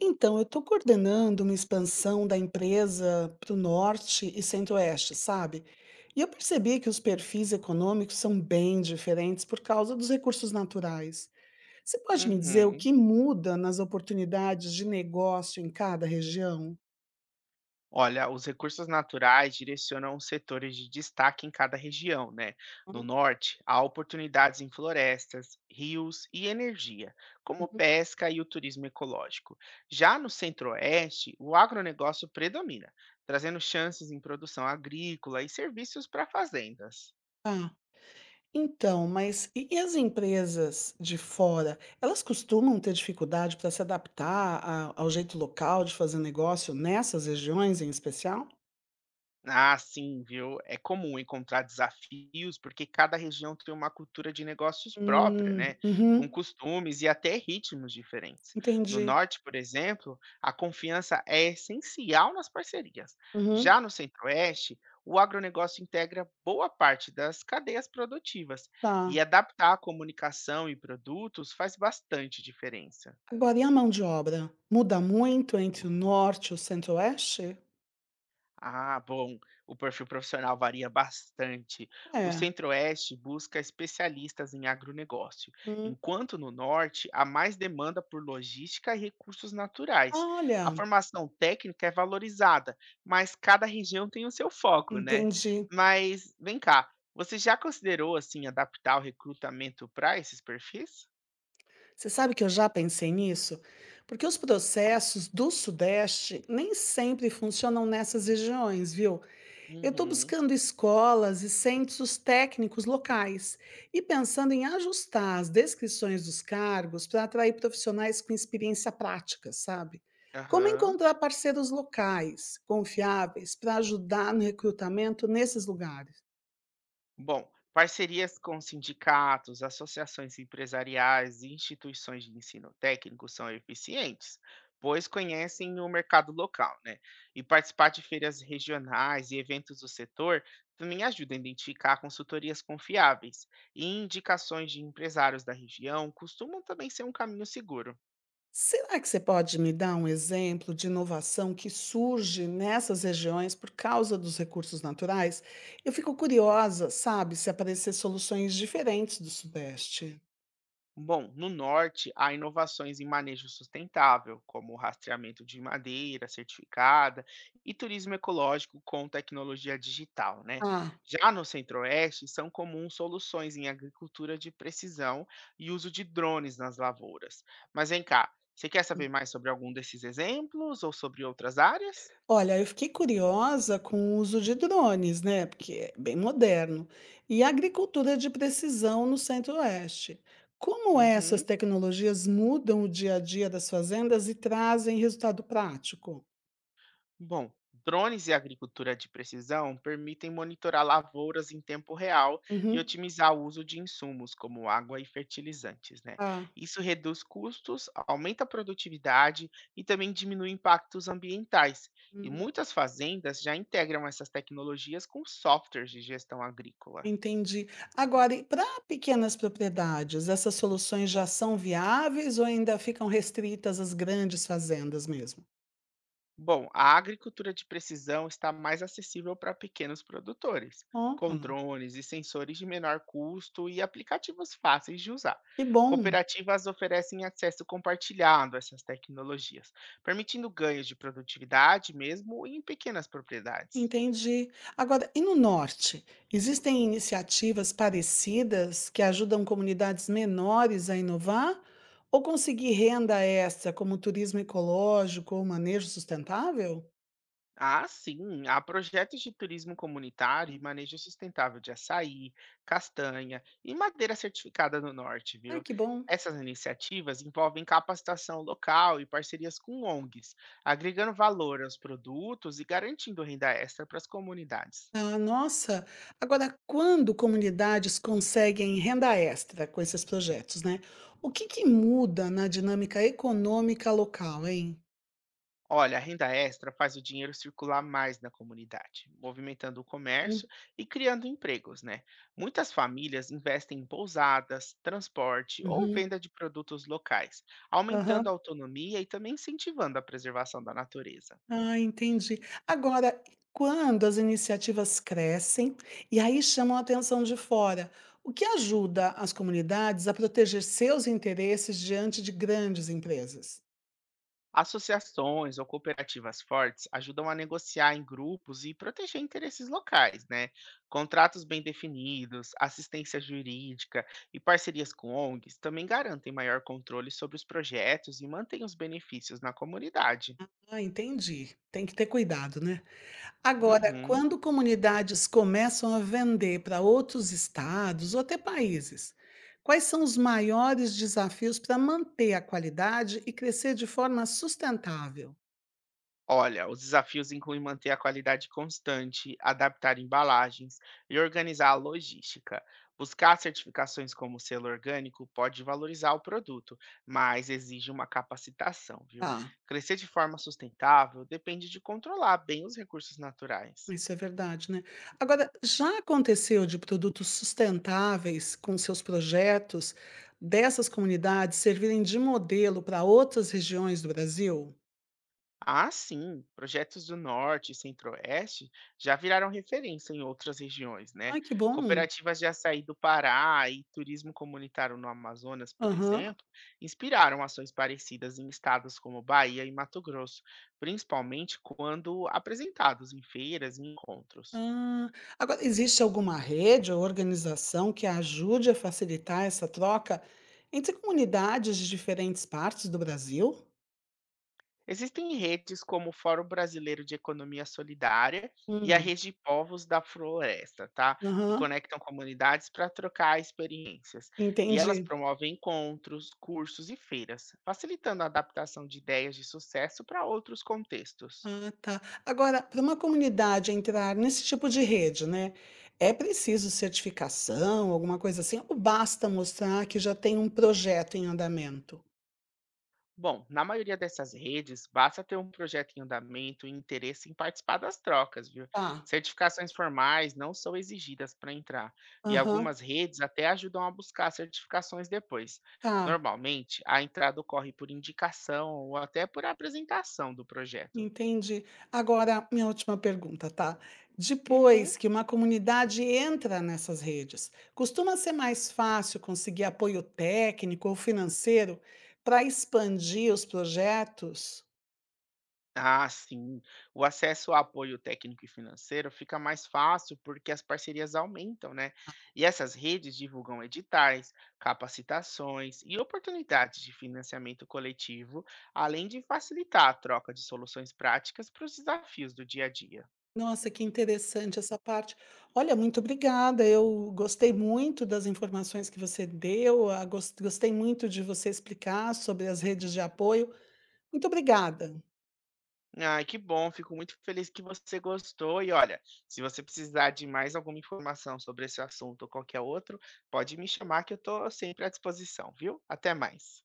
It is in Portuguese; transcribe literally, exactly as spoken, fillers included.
Então, eu estou coordenando uma expansão da empresa para o norte e centro-oeste, sabe? E eu percebi que os perfis econômicos são bem diferentes por causa dos recursos naturais. Você pode me dizer o Uhum. que muda nas oportunidades de negócio em cada região? Olha, os recursos naturais direcionam os setores de destaque em cada região, né? No Hum. norte, há oportunidades em florestas, rios e energia, como Uhum. pesca e o turismo ecológico. Já no centro-oeste, o agronegócio predomina, trazendo chances em produção agrícola e serviços para fazendas. Ah, então, mas e, e as empresas de fora, elas costumam ter dificuldade para se adaptar a- ao jeito local de fazer negócio nessas regiões em especial? Ah, sim, viu? É comum encontrar desafios porque cada região tem uma cultura de negócios própria, Hum, né? Com uhum. costumes e até ritmos diferentes. No Entendi. norte, por exemplo, a confiança é essencial nas parcerias. Uhum, Já no centro-oeste, o agronegócio integra boa parte das cadeias produtivas tá. e adaptar a comunicação e produtos faz bastante diferença. Agora, e a mão de obra? Muda muito entre o norte e o centro-oeste? Ah, bom. O perfil profissional varia bastante. O É. Centro-Oeste busca especialistas em agronegócio, Hum, enquanto no Norte há mais demanda por logística e recursos naturais. A olha, formação técnica é valorizada, mas cada região tem o seu foco, né? entendi. Mas vem cá, você já considerou assim adaptar o recrutamento para esses perfis? Você sabe que eu já pensei nisso? Porque os processos do sudeste nem sempre funcionam nessas regiões, viu? Eu estou Uhum. buscando escolas e centros técnicos locais e pensando em ajustar as descrições dos cargos para atrair profissionais com experiência prática, sabe? Como Aham. encontrar parceiros locais confiáveis para ajudar no recrutamento nesses lugares? Bom, parcerias com sindicatos, associações empresariais e instituições de ensino técnico são eficientes, pois conhecem o mercado local, né? E participar de feiras regionais e eventos do setor também ajuda a identificar consultorias confiáveis. E indicações de empresários da região costumam também ser um caminho seguro. Será que você pode me dar um exemplo de inovação que surge nessas regiões por causa dos recursos naturais? Eu fico curiosa, sabe, se aparecer soluções diferentes do Sudeste. Bom, no norte há inovações em manejo sustentável, como o rastreamento de madeira certificada e turismo ecológico com tecnologia digital, né? Ah. Já no centro-oeste são comuns soluções em agricultura de precisão e uso de drones nas lavouras. Mas vem cá, você quer saber mais sobre algum desses exemplos ou sobre outras áreas? Olha, eu fiquei curiosa com o uso de drones, né? Porque é bem moderno. E a agricultura de precisão no Centro-Oeste. Como essas Uhum. tecnologias mudam o dia a dia das fazendas e trazem resultado prático? Bom, drones e agricultura de precisão permitem monitorar lavouras em tempo real e Uhum. otimizar o uso de insumos como água e fertilizantes, né? Ah. Isso reduz custos, aumenta a produtividade e também diminui impactos ambientais. E Hum. muitas fazendas já integram essas tecnologias com softwares de gestão agrícola. Entendi. Agora, e para pequenas propriedades, essas soluções já são viáveis ou ainda ficam restritas às grandes fazendas mesmo? Bom, a agricultura de precisão está mais acessível para pequenos produtores, Oh, com drones e sensores de menor custo e aplicativos fáceis de usar. que bom. Cooperativas oferecem acesso compartilhado a essas tecnologias, permitindo ganhos de produtividade mesmo em pequenas propriedades. Entendi. Agora, e no norte? Existem iniciativas parecidas que ajudam comunidades menores a inovar ou conseguir renda extra, como turismo ecológico ou manejo sustentável? Ah, sim. Há projetos de turismo comunitário e manejo sustentável de açaí, castanha e madeira certificada no norte, Ah, viu? que bom. Essas iniciativas envolvem capacitação local e parcerias com O N Gs, agregando valor aos produtos e garantindo renda extra para as comunidades. Ah, nossa. Agora, quando comunidades conseguem renda extra com esses projetos, né? O que que muda na dinâmica econômica local, hein? Olha, a renda extra faz o dinheiro circular mais na comunidade, movimentando o Hum. comércio e criando empregos, né? Muitas famílias investem em pousadas, transporte ou Uhum. venda de produtos locais, aumentando Aham. a autonomia e também incentivando a preservação da natureza. Ah, entendi. Agora, e quando as iniciativas crescem e aí chamam a atenção de fora, o que ajuda as comunidades a proteger seus interesses diante de grandes empresas? Associações ou cooperativas fortes ajudam a negociar em grupos e proteger interesses locais, né? Contratos bem definidos, assistência jurídica e parcerias com O N Gs também garantem maior controle sobre os projetos e mantêm os benefícios na comunidade. Ah, entendi. Tem que ter cuidado, né? Agora, Uhum. quando comunidades começam a vender para outros estados ou até países, quais são os maiores desafios para manter a qualidade e crescer de forma sustentável? Olha, os desafios incluem manter a qualidade constante, adaptar embalagens e organizar a logística. Buscar certificações como selo orgânico pode valorizar o produto, mas exige uma capacitação, viu? Tá. Crescer de forma sustentável depende de controlar bem os recursos naturais. Isso é verdade, né. Agora, já aconteceu de produtos sustentáveis com seus projetos dessas comunidades servirem de modelo para outras regiões do Brasil? Ah, sim, projetos do Norte e Centro-Oeste já viraram referência em outras regiões, né? Ai, que bom. Cooperativas de açaí do Pará e turismo comunitário no Amazonas, por Aham. exemplo, inspiraram ações parecidas em estados como Bahia e Mato Grosso, principalmente quando apresentados em feiras e encontros. Ah, agora existe alguma rede ou organização que ajude a facilitar essa troca entre comunidades de diferentes partes do Brasil? Existem redes como o Fórum Brasileiro de Economia Solidária e a Hum, Rede de Povos da Floresta, tá? Que aham, conectam comunidades para trocar experiências. E elas entendi. promovem encontros, cursos e feiras, facilitando a adaptação de ideias de sucesso para outros contextos. Ah, tá. Agora, para uma comunidade entrar nesse tipo de rede, né, é preciso certificação, alguma coisa assim, ou basta mostrar que já tem um projeto em andamento? Bom, na maioria dessas redes, basta ter um projeto em andamento e interesse em participar das trocas, viu? Tá. Certificações formais não são exigidas para entrar, e Aham. algumas redes até ajudam a buscar certificações depois. Tá. Normalmente, a entrada ocorre por indicação ou até por apresentação do projeto. Entendi. Agora, minha última pergunta, tá? Uhum. Depois que uma comunidade entra nessas redes, costuma ser mais fácil conseguir apoio técnico ou financeiro para expandir os projetos? Ah, sim. O acesso a apoio técnico e financeiro fica mais fácil porque as parcerias aumentam, né? E essas redes divulgam editais, capacitações e oportunidades de financiamento coletivo, além de facilitar a troca de soluções práticas para os desafios do dia a dia. Nossa, que interessante essa parte. Olha, muito obrigada. Eu gostei muito das informações que você deu, ah, gos- gostei muito de você explicar sobre as redes de apoio. Muito obrigada. Ai, que bom, fico muito feliz que você gostou. E olha, se você precisar de mais alguma informação sobre esse assunto ou qualquer outro, pode me chamar que eu estou sempre à disposição, viu? Até mais.